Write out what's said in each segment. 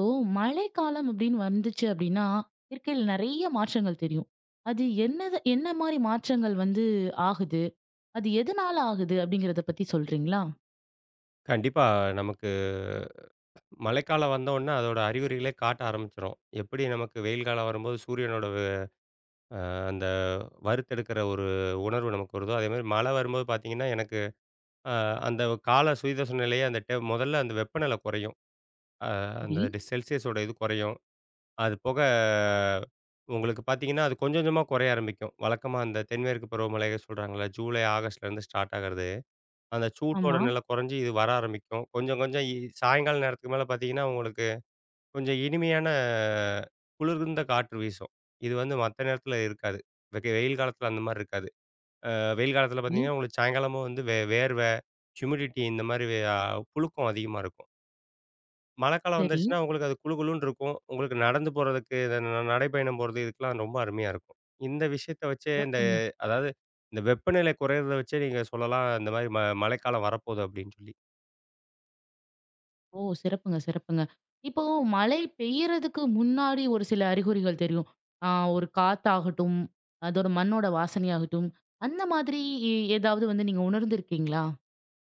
ஓ! மழைக்காலம் அப்படின்னு வந்துச்சு அப்படின்னா, இயற்கையில நெறைய மாற்றங்கள் தெரியும். அது என்னது என்ன மாரி மாற்றங்கள் வந்து ஆகுது? அது எதனால ஆகுது? அப்படிங்கிறத பத்தி சொல்றீங்களா? கண்டிப்பா. நமக்கு மழைக்காலம் வந்தோன்னே, அதோட அறிகுறிகளே காட்ட ஆரம்பிச்சுரும். எப்படி நமக்கு வெயில் காலம் வரும்போது சூரியனோட வெ அ அந்த வறுத்தெடுக்கிற ஒரு உணர்வு நமக்கு வருதோ, அதேமாரி மழை வரும்போது பார்த்தீங்கன்னா, எனக்கு அ அந்த கால சுயதச நிலையே அந்த முதல்ல அந்த வெப்பநிலை குறையும். அ சரி. அந்த செல்சியஸோட இது குறையும். அது போக அஹ், உங்களுக்கு பார்த்தீங்கன்னா, அது கொஞ்சம் கொஞ்சமா குறைய ஆரம்பிக்கும். வழக்கமா அந்த தென்மேற்கு பருவமழை சொல்றாங்கள்ல, ஜூலை, ஆகஸ்ட்லேருந்து ஸ்டார்ட் ஆகுறது. அந்த சூட்டோட ஆமா. நிலை குறைஞ்சு இது வர ஆரம்பிக்கும். கொஞ்சம் கொஞ்சம் சாயங்கால நேரத்துக்கு மேல பார்த்தீங்கன்னா, உங்களுக்கு கொஞ்சம் இனிமையான குளிர்ந்த காற்று வீசும். இது வந்து மத்த நேரத்தில இருக்காது. வெயில் காலத்தில அந்த மாரி இருக்காது. வெயில் காலத்தில ம். பார்த்தீங்கன்னா, உங்களுக்கு சாயங்காலமா வந்து வேர்வை, ஹியூமிடிட்டி இந்த மாரி வே அ புழுக்கம் அதிகமா இருக்கும். மழைக்காலம் சரி. வந்துருச்சுன்னா, உங்களுக்கு அது குளு குளுன்னு இருக்கும். உங்களுக்கு நடந்து போறதுக்கு, இந்த நடைப்பயணம் போறது இதுக்கெல்லாம் ரொம்ப அருமையா இருக்கும். இந்த விஷயத்த வச்சே இந்த சிறப்புங்க. அதாவது இந்த வெப்பநிலை குறையிறத வச்சே நீங்க சொல்லலாம், இந்த மாரி மழைக்காலம் வரப்போகுது அப்படின்னு சொல்லி. ஓ! சிறப்புங்க, சிறப்புங்க. இப்போ மழை பெய்யறதுக்கு முன்னாடி ஒரு சில அறிகுறிகள் தெரியும். ஆ ஒரு காத்தாகட்டும், அதோட மண்ணோட வாசனையாகட்டும், அந்த மாதிரி ஏதாவது வந்து நீங்க உணர்ந்திருக்கீங்களா?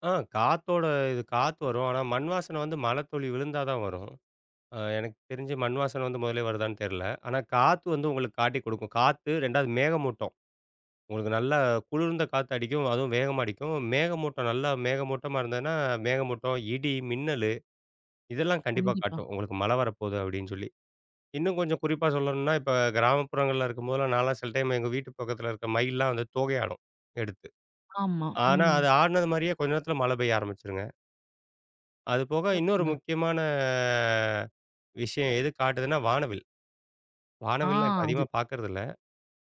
ஆ, காத்தோட இது காத்து வரும். ஆனா, மண் வாசனை வந்து மழைத்துளி விழுந்தா தான் வரும். எனக்கு தெரிஞ்சு மண் வாசனை வந்து முதலே வருதான்னு தெரியல. ஆனா, காத்து வந்து உங்களுக்கு காட்டிக் கொடுக்கும். காத்து 2வது மேகமூட்டம். உங்களுக்கு நல்லா குளிர்ந்த காத்து அடிக்கும். அதுவும் வேகமா அடிக்கும். மேகமூட்டம் நல்லா மேகமூட்டமா இருந்ததுன்னா, மேகமூட்டம், இடி, மின்னலு இதெல்லாம் கண்டிப்பா கண்டிப்பா. காட்டும். உங்களுக்கு மழை வரப்போகுது அப்படின்னு சொல்லி. இன்னும் கொஞ்சம் குறிப்பா சொல்லணும்னா, இப்ப கிராமப்புறங்கள்ல இருக்கும்போதெல்லாம் நான்லாம் சில டைம் எங்க வீட்டு பக்கத்துல இருக்க மயில்லாம் வந்து தோகை ஆடும் எடுத்து. ஆமா. ஆனா, ம். அது ஆடுனது மாரியே கொஞ்ச நேரத்துல மழை பெய்ய ஆரம்பிச்சுருங்க. அது போக இன்னொரு சிறப்புங்க. முக்கியமான விஷயம் எது காட்டுதுன்னா, வானவில். ஆ வானவில்லாம் இப்ப அது. அதிகமா பார்க்கறதில்ல.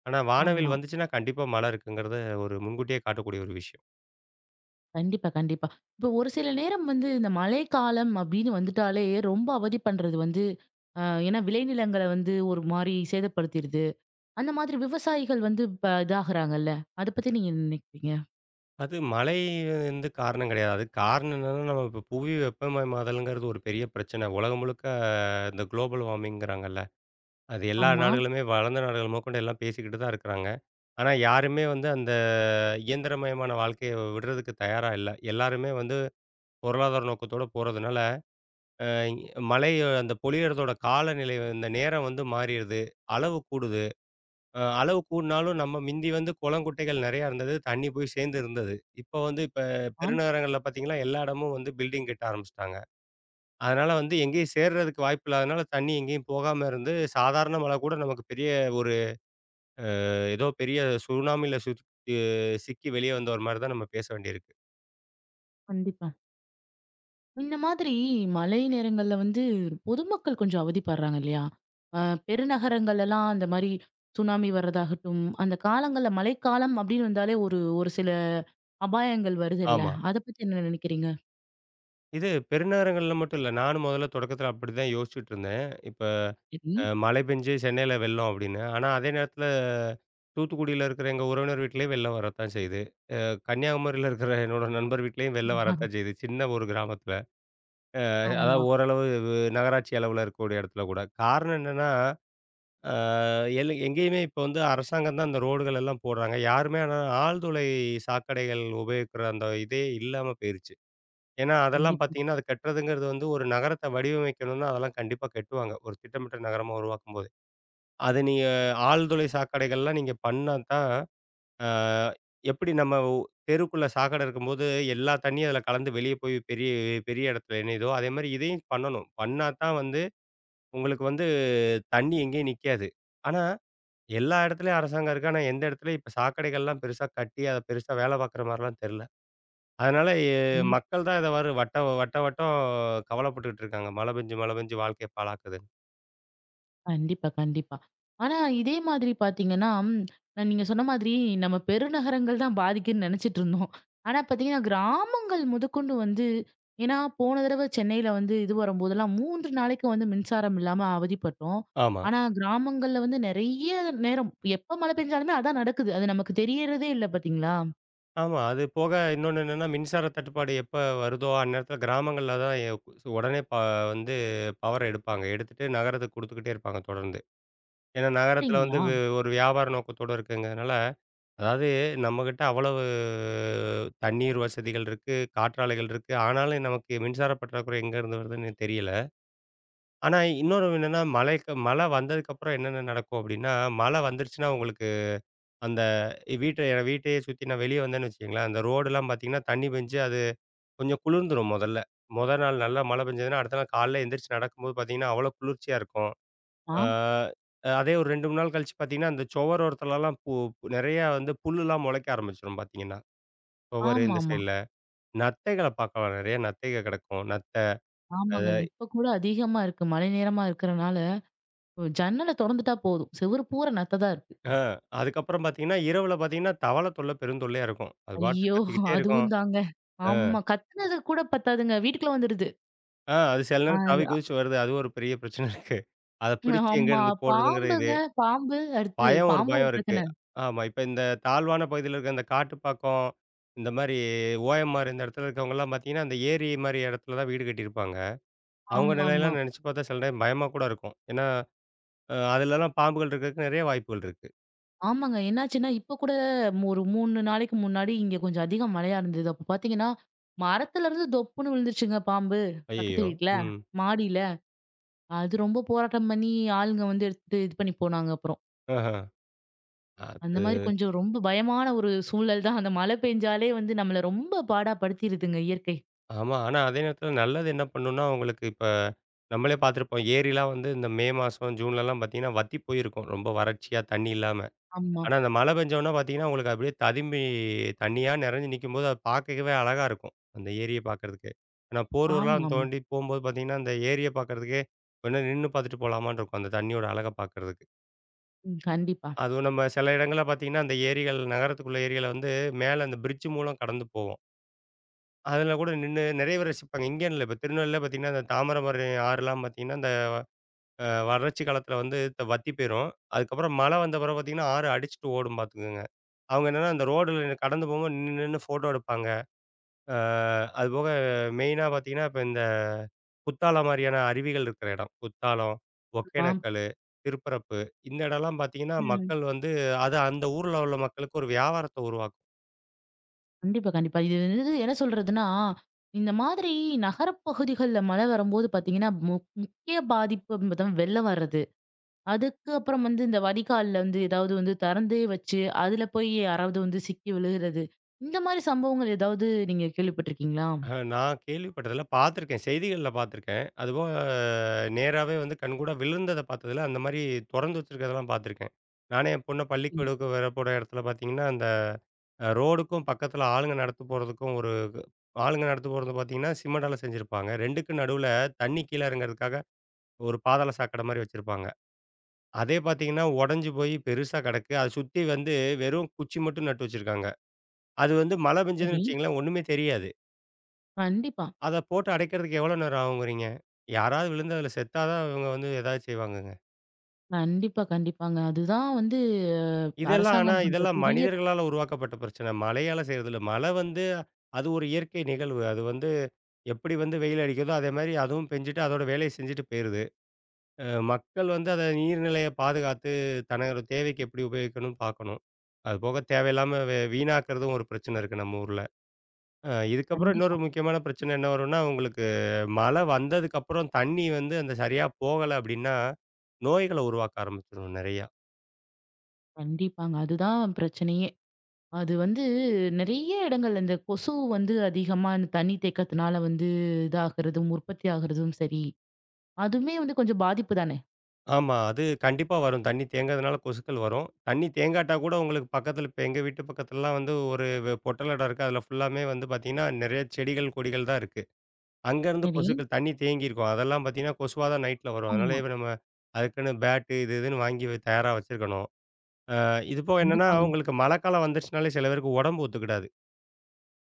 ஆனா வானவில் ஆமா. வந்துச்சுன்னா, கண்டிப்பா மழை இருக்குங்கிறத ஒரு முன்கூட்டியே காட்டக்கூடிய ஒரு விஷயம். கண்டிப்பா, கண்டிப்பா. இப்போ ஒரு சில நேரம் வந்து இந்த மழைக்காலம் அப்படின்னு வந்துட்டாலே ரொம்ப அவதி பண்றது வந்து, ஏன்னா விளைநிலங்கள வந்து ஒரு மாரி சேதப்படுத்திடுது. அந்த மாதிரி விவசாயிகள் வந்து இப்ப இதாகுறாங்கல்ல. அத பத்தி நீங்க என்ன நினைக்கிறீங்க? அது மழை வந்து காரணம் கிடையாது. அதுக்கு காரணம் என்னன்னா, நம்ம இப்ப புவி வெப்பமயமாதல்ங்கிறது ஒரு பெரிய பிரச்சனை. உலகம் முழுக்க இந்த குளோபல் வார்மிங்கிறாங்கல்ல. அது எல்லா ஆமா, நாடுகளுமே வளர்ந்த நாடுகள் முதற்கொண்டு எல்லாம் பேசிக்கிட்டு தான் இருக்கிறாங்க. ஆனா யாருமே வந்து அந்த இயந்திரமயமான வாழ்க்கைய விடுறதுக்கு தயாரா இல்ல. எல்லாருமே வந்து பொருளாதார நோக்கத்தோட போறதுனால அ மழை அந்த பொழியறதோட காலநிலை இந்த நேரம் வந்து மாறிடுது. அளவு கூடுது. அளவு கூடுனாலும் நம்ம மிந்தி வந்து குளம், குட்டைகள் நெறையா இருந்தது. தண்ணி போய் சேர்ந்து இருந்தது. இப்போ வந்து இப்ப ஆம். பெருநகரங்கள்ல பார்த்தீங்கன்னா, எல்லா இடமும் வந்து பில்டிங் கட்ட ஆரம்பிச்சுட்டாங்க. அதனால வந்து எங்கேயும் சேர்றதுக்கு வாய்ப்பு இல்லாதனால தண்ணி எங்கேயும் போகாம இருந்து, சாதாரண மழை கூட நமக்கு பெரிய ஒரு அ ஏதோ பெரிய சுனாமில சுத் அ சிக்கி வெளியே வந்த ஒரு மாரி தான் நம்ம பேச வேண்டியிருக்கு. கண்டிப்பா. இந்த மாதிரி மழை நேரங்கள்ல வந்து பொதுமக்கள் கொஞ்சம் அவதிப்படுறாங்க இல்லையா? அ பெருநகரங்கள்லலாம் அந்த மாரி சுனாமி வர்றதாகட்டும், அந்த காலங்கள்ல மழைக்காலம் அப்படின்னு வந்தாலே ஒரு ஒரு சில அபாயங்கள் வருதுல்ல. ஆமா. அத பத்தி என்ன நினைக்கிறீங்க? இது பெருநகரங்கள்ல மட்டும் இல்ல. நானும் முதல்ல தொடக்கத்தில அப்படிதான் யோசிச்சுட்டு இருந்தேன். இப்ப சரி. மழை பெஞ்சு சென்னையில வெள்ளம் அப்படின்னு. ஆனா, அதே நேரத்தில தூத்துக்குடியில இருக்கிற எங்க உறவினர் வீட்லயும் வெள்ளம் வரத்தான் செய்யுது. கன்னியாகுமரியில இருக்கிற என்னோட நண்பர் வீட்லயும் வெள்ளம் வரத்தான் செய்யுது. சின்ன ஒரு கிராமத்தில. அதாவது ஆமா. ஓரளவு நகராட்சி அளவுல இருக்கக்கூடிய இடத்துல கூட. காரணம் என்னன்னா, அ எல் எங்கேயுமே இப்போ வந்து அரசாங்கம் தான் அந்த ரோடுகள் எல்லாம் போடுறாங்க. யாருமே ஆனா ஆழ்துளை சாக்கடைகள் உபயோகிக்கிற அந்த இதே இல்லாம போயிருச்சு. ஏன்னா, அதெல்லாம் கண்டிப்பா. பார்த்தீங்கன்னா, அது கட்டுறதுங்கிறது வந்து ஒரு நகரத்த வடிவமைக்கணும்னா, அதெல்லாம் கண்டிப்பா கட்டுவாங்க. ஒரு திட்டமிட்ட நகரமா உருவாக்கும்போதே. அது நீங்க ஆழ்துளை சாக்கடைகள்லாம் நீங்க பண்ணா தான், அ எப்படி நம்ம தெருக்குள்ள சாக்கடை இருக்கும்போது, எல்லா தண்ணியும் அதில கலந்து வெளிய போய் பெரிய பெரிய இடத்துல இணையுதோ, அதேமாரி இதையும் பண்ணணும். பண்ணா தான் வந்து, உங்களுக்கு வந்து தண்ணி எங்கேயும் நிக்காது. ஆனா, எல்லா இடத்துலயும் அரசாங்கம் இருக்கு. ஆனா, எந்த இடத்துலயும் இப்ப சாக்கடைகள்லாம் பெருசா கட்டி, அத பெருசா வேலை பார்க்குற மாரிலாம் தெர்ல. அதனால கண்டிப் மக்கள் தான் இத வட்ட வட்ட வட்டம் கவலைப்பட்டுட்டு இருக்காங்க. மழை பெஞ்சு மழை பெஞ்சு வாழ்க்கைய பாழாக்குதுன்னு. கண்டிப்பா, கண்டிப்பா. ஆனா இதே மாதிரி பார்த்தீங்கன்னா, ம், நீங்க சொன்ன மாதிரி நம்ம பெருநகரங்கள் தான் பாதிக்குதுன்னு நெனச்சிட்டு இருந்தோம். ஆனா பார்த்தீங்கன்னா, கிராமங்கள் முதற்கொண்டு வந்து ஏன்னா போன தடவ சென்னையில வந்து இது வரும்போதெல்லாம் 3 நாளைக்கு வந்து மின்சாரம் இல்லாம அவதிப்பட்டோம். ஆமா. ஆனா கிராமங்கள்ல வந்து நெறைய நேரம் எப்ப மழை பெஞ்சாலுமே அதான் நடக்குது. அது நமக்கு தெரியறதே இல்ல பார்த்தீங்களா? ஆமா. அது போக இன்னொன்னு என்னன்னா, மின்சார தட்டுப்பாடு எப்ப வருதோ, அந்நேரத்தில கிராமங்கள்ல தான் உடனே வந்து பவர எடுப்பாங்க. எடுத்துட்டு நகரத்துக்கு குடுத்துக்கிட்டே இருப்பாங்க தொடர்ந்து. ஏன்னா நகரத்தில வந்து அப்படிங்களா? ஒரு வியாபார நோக்கத்தோட இருக்குங்கிறதுனால, அதாவது நம்மகிட்ட அவ்வளவு தண்ணீர் வசதிகள் இருக்கு, காற்றாலைகள் இருக்கு. ஆனாலும் நமக்கு மின்சார பற்றாக்குறை எங்கேருந்து வருதுன்னு தெரியல. ஆனா இன்னொரு என்னன்னா, மழைக்கு மழை வந்ததுக்கப்புறம் என்னென்ன நடக்கும் அப்டின்னா, மழை வந்துருச்சுன்னா உங்களுக்கு அந்த வீட்ட வீட்டையே சுத்தி நான் வெளிய வந்தேன்னு வச்சுக்கங்களேன், அந்த ரோடுலாம் பார்த்தீங்கன்னா, தண்ணி பெஞ்சு அது கொஞ்சம் குளிர்ந்துரும் மொதல்ல. மொத நாள் நல்லா மழை பெஞ்சதுன்னா, அடுத்த நாள் காலைல எந்திரிச்சு நடக்கும்போது பார்த்தீங்கன்னா, அவ்வளோ குளிர்ச்சியா இருக்கும். ஆ ஆம். அதே ஒரு 2, 3 நாள் கழிச்சு பார்த்தீங்கன்னா, அந்த சுவரோரத்துலலாம் நெறையா வந்து புல்லுலாம் முளைக்க ஆரம்பிச்சுரும் பார்த்தீங்கன்னா. சுவரு இந்த ஆமாமா. சைடுல. நத்தைகள பார்க்கலாம் நெறைய நத்தைக கெடக்கும். நத்தை. ஆமாங்க. அது. இப்ப கூட அதிகமா இருக்கு. மழை நேரமா இருக்கிறனால. ஜன்னல தொறந்துட்டா போதும். செவுரு பூரா நத்த தான் இருக்கு. ஆ அதுக்கப்புறம் பார்த்தீங்கன்னா, இரவுல பார்த்தீங்கன்னா, தவளை தொல்லை பெருந்தொல்லையா இருக்கும். அது பாட்டுக்கு ஐயோ! கத்திக்கிட்டே இருக்கும். அதுவும் தாங்க. ஆ ஆமா. கத்துனது கூட பத்தாதுங்க. வீட்டுக்குள்ள வந்துருது. ஆ அது சில நேரம் அது குதிச்சு வருது. அது ஒரு பெரிய பிரச்சனை இருக்கு. அத பிடிச்சு ஆமா. எங்கேருந்து போடுறதுங்கிறது இது. பாம்புங்க, பாம்பு. அடுத்து பயம் ஒரு பாம்பு பயம் ஒரு இருக்கு. பிரச்சனை. ஆமா. இப்ப இந்த தாழ்வான பகுதியில இருக்க இந்த காட்டுப்பாக்கம், இந்த மாரி ஓஎம்ஆர் இந்த இடத்துல இருக்கவங்கலாம் பார்த்தீங்கன்னா, அந்த ஏரி மாரி இடத்துல தான் வீடு கட்டியிருப்பாங்க. அவங்க ஆமாமா. நிலையெல்லாம் நினைச்சு பார்த்தா சில டைம் பயமா கூட இருக்கும். ஏன்னா, அதுலலாம் பாம்புகள் இருக்கிறதுக்கு நிறைய வாய்ப்புகள் இருக்கு. ஆமாங்க. என்னாச்சுன்னா, இப்ப கூட ஒரு 3 நாளைக்கு முன்னாடி இங்க கொஞ்சம் அதிக மழையா இருந்தது. அப்ப பாத்தீங்கன்னா, மரத்துல இருந்து தொப்புன்னு விழுந்துருச்சுங்க பாம்பு. பக்கத்து ஐயய்யோ! வீட்ல, ம். மாடியில. அது ரொம்ப போராட்டம் பண்ணி ஆளுங்க வந்து எடுத்துட்டு இது பண்ணி போனாங்க அப்புறம். ஆஹ. அந்த அது. மாதிரி கொஞ்சம் ரொம்ப பயமான ஒரு சூழல் தான். அந்த மழை பெஞ்சாலே வந்து நம்மள ரொம்ப பாடாப்படுத்திருதுங்க இயற்கை. ஆமா. ஆனா அதே நேரத்துல நல்லது என்ன பண்ணும்னா, உங்களுக்கு இப்ப நம்மளே பார்த்துருப்போம். ஏரிலாம் வந்து இந்த மே மாசம், ஜூன்லலாம் பார்த்தீங்கன்னா, வத்தி போயிருக்கும். ரொம்ப வறட்சியா தண்ணி இல்லாம. ஆமா. ஆனா, அந்த மழை பெஞ்சோனே பார்த்தீங்கன்னா, உங்களுக்கு அப்படியே ததும்பி தண்ணியா நெறஞ்சு நிக்கும்போது, அது பார்க்கவே அழகா இருக்கும். அந்த ஏரிய பார்க்கறதுக்கு. ஆனா, போர்வெல்லாம் ஆமாமா. தோண்டி போம்போது பார்த்தீங்கன்னா, அந்த ஏரிய பார்க்கறதுக்கே கொஞ்ச நேரம் நின்னு பார்த்துட்டு போலாமான்னு இருக்கும். அந்த தண்ணியோட அழக பார்க்கறதுக்கு. ம். கண்டிப்பா. அதுவும் நம்ம சில இடங்கள்ல பார்த்தீங்கன்னா, அந்த ஏரிகள் நகரத்துக்குள்ள ஏரிகள வந்து மேல அந்த பிரிட்ஜ் மூலம் கடந்து போவோம். அதுல கூட நின்னு நிறைய பேர் ரசிப்பாங்க. இங்கேன்னு இல்ல. இப்ப திருநெல்வேலில பார்த்தீங்கன்னா, அந்த தாமிரபரணி ஆறுலாம் பார்த்தீங்கன்னா, இந்த வறட்சி காலத்துல வந்து வத்தி போயிரும். அதுக்கப்புறம் மழை வந்த பிறகு பார்த்தீங்கன்னா, ஆறு அடிச்சுட்டு ஓடும் பார்த்துக்குங்க. அவங்க என்னன்னா, அந்த ரோடுல கடந்து போம்போது நின்னு நின்னு ஃபோட்டோ எடுப்பாங்க. அ அதுபோக மெயினா பார்த்தீங்கன்னா, இப்ப இந்த குத்தாலம் மாரியான அருவிகள் இருக்கிற இடம். குத்தாலம், ஆமா. ஒகேனக்கல்லு, திருப்பரப்பு இந்த இடம்லாம் பார்த்தீங்கன்னா, ம். மக்கள் வந்து அது அந்த ஊர்ல உள்ள மக்களுக்கு ஒரு வியாபாரத்த உருவாக்கும். கண்டிப்பா, கண்டிப்பா. இது வந்து என்ன சொல்றதுன்னா, இந்த மாதிரி நகரப்பகுதிகள்ல மழை வரும்போது பார்த்தீங்கன்னா, முக்கிய பாதிப்பு வந்து தான் வெள்ளம் வர்றது. அதுக்கு அப்புறம் வந்து இந்த வடிகால்ல வந்து ஏதாவது வந்து திறந்தே வச்சு, அதுல போய் யாராவது வந்து சிக்கி விழுகிறது. இந்த மாதிரி சம்பவங்கள் ஏதாவது நீங்க கேள்விப்பட்டிருக்கீங்களா? நான் கேள்விப்பட்டதில்ல, பார்த்துருக்கேன். செய்திகள்ல பார்த்துருக்கேன். அதுபோக நேராவே வந்து கண்கூடா விழுந்தத பார்த்ததில்ல. அந்த மாரி தொறந்து வச்சிருக்கிறதெல்லாம் பார்த்துருக்கேன். நானே என் பொண்ண அப்படிங்களா? பள்ளிக்கூடக்கு வர போற இடத்துல பார்த்தீங்கன்னா, அந்த ரோடுக்கும் பக்கத்துல ஆளுங்க நடந்து போறதுக்கும் ஒரு ஆளுங்க நடந்து போறது பார்த்தீங்கன்னா, சிமெண்டால செஞ்சிருப்பாங்க. 2க்கும் நடுவுல தண்ணி கீழ இறங்குறதுக்காக ஒரு பாதாள சாக்கடை மாரி வச்சிருப்பாங்க. அதே பார்த்தீங்கன்னா, உடைஞ்சு போய் பெருசா கிடக்கு. அத சுத்தி வந்து வெறும் குச்சி மட்டும் நட்டு வச்சிருக்காங்க. அது வந்து மழை பெஞ்சதுன்னு சரி. வச்சுக்கங்களேன், ஒண்ணுமே தெரியாது. கண்டிப்பா. அத போட்டு அடைக்கிறதுக்கு எவ்வளோ நேரம் ஆகுங்கிறீங்க? யாராவது விழுந்து அதுல செத்தா தான் இவங்க வந்து ஏதாவது செய்வாங்கங்க. கண்டிப்பா, கண்டிப்பாங்க. அதுதான் வந்து இதெல்லாம் ஆனா அரசாங்கம் பண்ற இதெல்லாம் பெரிய தப்பு. மனிதர்களால உருவாக்கப்பட்ட பிரச்சனை. மழையால செய்றது இல்ல. மழை வந்து அது ஒரு இயற்கை நிகழ்வு. அது வந்து எப்படி வந்து வெயில் அடிக்குதோ, அதே மாரி அதுவும் பெஞ்சுட்டு, அதோட வேலைய செஞ்சுட்டு போயிருது. மக்கள் வந்து அத நீர்நிலைய பாதுகாத்து, தனது தேவைக்கு எப்படி உபயோகிக்கணும்னு பார்க்கணும். அது போக தேவையில்லாம வீணாக்குறதும் ஒரு பிரச்சனை இருக்கு நம்ம ஊர்ல. இதுக்கப்புறம் கண்டிப்பா, இன்னொரு முக்கியமான பிரச்சனை என்ன வரும்னா, உங்களுக்கு மழை வந்ததுக்கப்புறம் தண்ணி வந்து அந்த சரியா போகல அப்படின்னா, நோய்கள உருவாக்க ஆரம்பிச்சுரும் நெறையா. கண்டிப்பாங்க. அதுதான் பிரச்சனையே. அது வந்து நெறைய இடங்கள்ல இந்த கொசு வந்து அதிகமா இந்த தண்ணி தேக்கத்துனால வந்து இதாகுறதும், உற்பத்தி ஆகுறதும் சரி, அதுவுமே வந்து கொஞ்சம் பாதிப்பு தானே! ஆமா. அது கண்டிப்பா வரும். தண்ணி தேங்குறதுனால கொசுக்கள் வரும். தண்ணி தேங்காட்டா கூட உங்களுக்கு பக்கத்துல இப்ப எங்க வீட்டு பக்கத்துலலாம் வந்து ஒரு பொட்டல் இடம் இருக்கு. அதுல ஃபுல்லாமே வந்து பார்த்தீங்கன்னா, நெறைய செடிகள், கொடிகள் தான் இருக்கு. அங்கருந்து சரி. கொசுக்கள் தண்ணி தேங்கியிருக்கும். அதெல்லாம் பார்த்தீங்கன்னா, கொசுவா தான் நைட்ல வரும். ஆமா. அதனாலயே இப்ப நம்ம அதுக்குன்னு பேட்டு இது இதுன்னு வாங்கி தயாரா வச்சிருக்கணும். இது போக என்னன்னா, கண்டிப்பாங்க. உங்களுக்கு மழைக்காலம் வந்துருச்சுனாலே சில பேருக்கு உடம்பு ஒத்துக்கிடாது.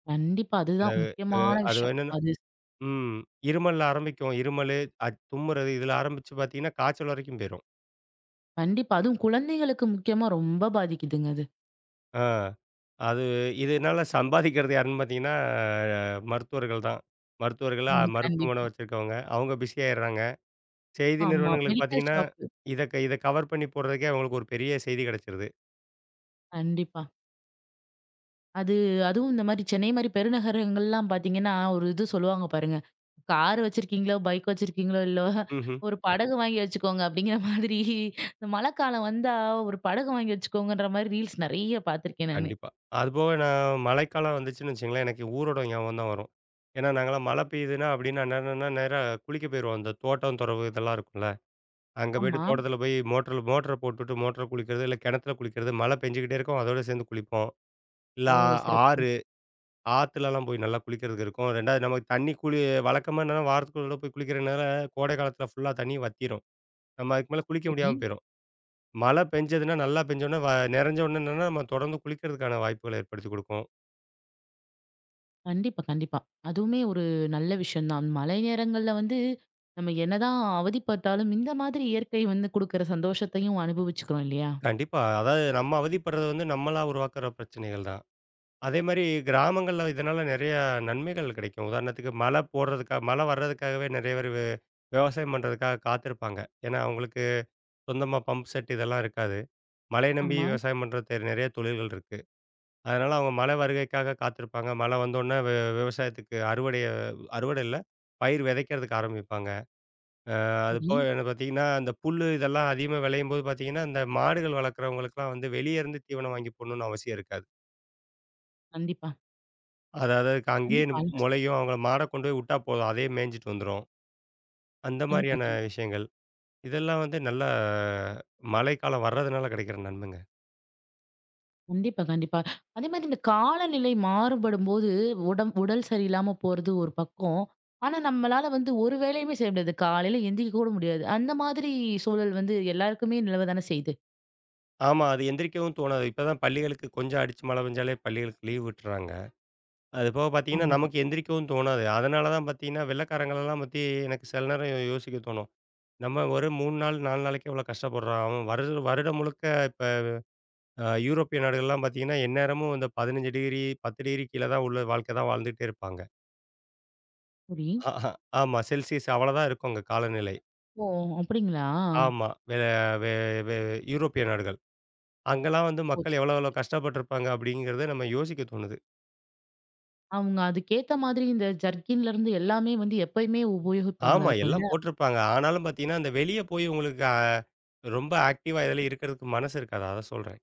கண்டிப்பா. இந்த அதுதான் முக்கியமான அது விஷயம். என்னன்னா அது ம். இருமல் ஆரம்பிக்கும். இருமலு, அ தும்முறது இதுல ஆரம்பிச்சு பார்த்தீங்கன்னா, காய்ச்சல் வரைக்கும் போயிரும். கண்டிப்பா. அதுவும் குழந்தைகளுக்கு முக்கியமா ரொம்ப பாதிக்குதுங்க அது. ஆ. அது இதனால சம்பாதிக்கிறது யாருன்னு பார்த்தீங்கன்னா, மருத்துவர்கள் தான். மருத்துவர்களா ம். மருத்துவமனை கண்டிப்பா. வச்சிருக்கவங்க. அவங்க பிஸியாயிடுறாங்க. செய்தி ஆமா. நிறுவனங்களுக்கு மெடிக்கல் பார்த்தீங்கன்னா, ஷாப்பு. இத கவர் பண்ணி போடுறதுக்கே அவங்களுக்கு ஒரு பெரிய செய்தி கிடைச்சிருது. கண்டிப்பா. அது அதுவும் இந்த மாரி சென்னை மாரி பெருநகரங்கள்லாம் பார்த்தீங்கன்னா, ஒரு இது சொல்லுவாங்க பாருங்க. கார் வச்சிருக்கீங்களோ, பைக் வச்சிருக்கீங்களோ, இல்லோ ம்ஹ்ம். ஒரு படகு வாங்கி வச்சுக்கோங்க அப்படிங்கிற மாதிரி இந்த மழைக்காலம் வந்தா ஒரு படகு வாங்கி வச்சுக்கோங்கன்ற மாரி ரீல்ஸ் நெறைய பார்த்துருக்கேன் நானு. கண்டிப்பா. அதுபோக நான் மழைக்காலம் வந்துச்சுன்னு வச்சுக்கங்களேன், எனக்கு ஊரோடம் ஞாபகம் தான் வரும். ஏன்னா நாங்கலாம் மழை பெய்யுதுன்னா அப்டின்னா என்னன்னா நேரா குளிக்க போயிருவோம். அந்த தோட்டம், தொறவு இதெல்லாம் இருக்கும்ல. அங்க போயிட்டு ஆமா. தோட்டத்தில போய் மோட்டர்ல மோட்டர போட்டுட்டு மோட்டர்ல குளிக்கிறது, இல்ல கிணத்துல குளிக்கிறது. மழை பெஞ்சுக்கிட்டே இருக்கும். அதோட சேர்ந்து குளிப்போம். இல்ல ஓ! ஆ சிறப்புங்க. ஆறு ஆத்துலலாம் போய் நல்லா குளிக்கிறதுக்கு இருக்கும். 2வது நமக்கு தண்ணி வழக்கமா என்னன்னா வாரத்துக்கு ஒரு தடவ போய் குளிக்கிறனால, கோடை காலத்தில ஃபுல்லா தண்ணி வத்திரும். நம்ம அதுக்கு மேல குளிக்க சரி. முடியாம போயிரும். மழை பெஞ்சதுன்னா, நல்லா பெஞ்சோனே நெறஞ்ச உடனே என்னன்னா, நம்ம தொடர்ந்து குளிக்கிறதுக்கான வாய்ப்புகள ஏற்படுத்திக் குடுக்கும். கண்டிப்பா, கண்டிப்பா. அதுவுமே ஒரு நல்ல விஷயம் தான். மழை நேரங்கள்ல வந்து நம்ம என்னதான் அவதிப்பட்டாலும், இந்த மாதிரி இயற்கை வந்து குடுக்குற சந்தோஷத்தையும் அனுபவிச்சுக்கிறோம் இல்லையா? கண்டிப்பா. அதாவது நம்ம அவதிப்படுறது வந்து நம்மளா உருவாக்குற பிரச்சனைகள் தான். அதேமாரி கிராமங்கள்ல இதனால நெறைய நன்மைகள் கிடைக்கும். உதாரணத்துக்கு மழை போடுறதுக்கா மழை வர்றதுக்காகவே நெறைய பேர் விவசாயம் பண்றதுக்காக காத்திருப்பாங்க. ஏன்னா, அவங்களுக்கு சொந்தமா பம்ப் செட் இதெல்லாம் இருக்காது. மழைய நம்பி ஆமா. விவசாயம் பண்ற நெறைய தொழில்கள் இருக்கு. அதனால அவங்க மழை வருகைக்காக காத்திருப்பாங்க. மழை வந்தோனே விவசாயத்துக்கு அறுவடை இல்ல, பயிர் விதைக்கிறதுக்கு ஆரம்பிப்பாங்க. அது சரி. போக என்ன பார்த்தீங்கன்னா, அந்த புல்லு இதெல்லாம் அதிகமா விளையும்போது பார்த்தீங்கன்னா, இந்த மாடுகள் வளர்க்குறவங்களுக்குலாம் வந்து வெளிய இருந்து தீவனம் வாங்கி போடணும்னு அவசியம் இருக்காது. கண்டிப்பா. அதாவது அதுக்கு அங்கேயே கண்டிப்பா. கண்டிப்பா. முளையும். அவங்கள மாட கொண்டு போய் விட்டா போதும். அதே மேய்ஞ்சுட்டு வந்துரும். அந்த கண்டிப்பா. மாதிரியான விஷயங்கள். இதெல்லாம் வந்து நல்ல மழைக்காலம் வர்றதுனால கிடைக்கிற நன்மைங்க. கண்டிப்பா, கண்டிப்பா. அதே மாரி இந்த காலநிலை மாறுபடும்போது, உடல் சரியில்லாம போறது ஒரு பக்கம். ஆனா, நம்மளால வந்து ஒரு வேலையுமே செய்ய முடியாது. காலையில எந்திரிக்க கூட முடியாது. அந்த மாதிரி சூழல் வந்து எல்லாருக்குமே நிலவதானே செய்யுது. ஆமா, அது எந்திரிக்கவும் தோணாது. இப்ப தான் பள்ளிகளுக்கு கொஞ்சம் அடிச்சு மழை பெஞ்சாலே பள்ளிகளுக்கு லீவ் விட்டுர்றாங்க. அது போக பார்த்தீங்கன்னா, ஆமா. நமக்கு எந்திரிக்கவும் தோணாது. அதனால தான் பார்த்தீங்கன்னா, வெள்ளைக்காரங்களெல்லாம் பத்தி எனக்கு சில நேரம் யோசிக்க தோணும். நம்ம ஒரு 3 நாள், 4 நாளைக்கு எவ்வளோ கஷ்டப்படுறோம். அவன் வருட வருடம் முழுக்க இப்ப யூரோப்பிய நாடுகள்லாம் பார்த்தீங்கன்னா, எந்நேரமும் இந்த 15 டிகிரி, 10 டிகிரி கீழ தான் உள்ள வாழ்க்கை தான் வாழ்ந்துகிட்டே இருப்பாங்க. சரி. ஆமா. செல்சியஸ் அவ்வளோதான் இருக்கும் அங்க காலநிலை. ஓ! அப்படிங்களா? ஆமா. வெ வெ வெ யூரோப்பிய நாடுகள். அங்கலாம் வந்து ஓ! மக்கள் சரி, எவ்வளோ சரி, எவ்வளோ சரி. கஷ்டப்பட்டுருப்பாங்க அப்படிங்கிறத நம்ம யோசிக்க தோணுது. அவங்க அதுக்கேத்த மாதிரி இந்த ஜர்க்கின்ல இருந்து எல்லாமே வந்து எப்பயுமே உபயோகிப்பாங்களா ஆமா. இருக்கும் எல்லாம் இல்ல? போட்டிருப்பாங்க. ஆனாலும் பார்த்தீங்கன்னா, அந்த வெளிய போய் உங்களுக்கு ரொம்ப ஆக்டிவா இதுல இருக்கிறதுக்கு மனசு இருக்காது. அத சொல்றேன்.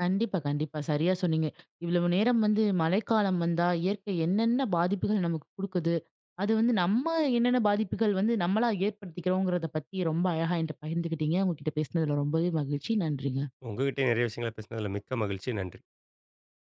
கண்டிப்பா, கண்டிப்பா. சரியா சொன்னீங்க. இவ்வளவு நேரம் வந்து மழைக்காலம் வந்தா இயற்கை என்னென்ன பாதிப்புகள் நமக்கு குடுக்குது? அது வந்து நம்ம என்னென்ன பாதிப்புகள் வந்து நம்மளா ஏற்படுத்திக்கிறோங்கிறத பத்தி ரொம்ப அழகா என்ட்ட பகிர்ந்துக்கிட்டீங்க. உங்ககிட்ட பேசினதுல ரொம்பவே மகிழ்ச்சி. நன்றிங்க. உங்ககிட்டயும் நெறைய விஷயங்கள பேசினதுல மிக்க மகிழ்ச்சி. நன்றி.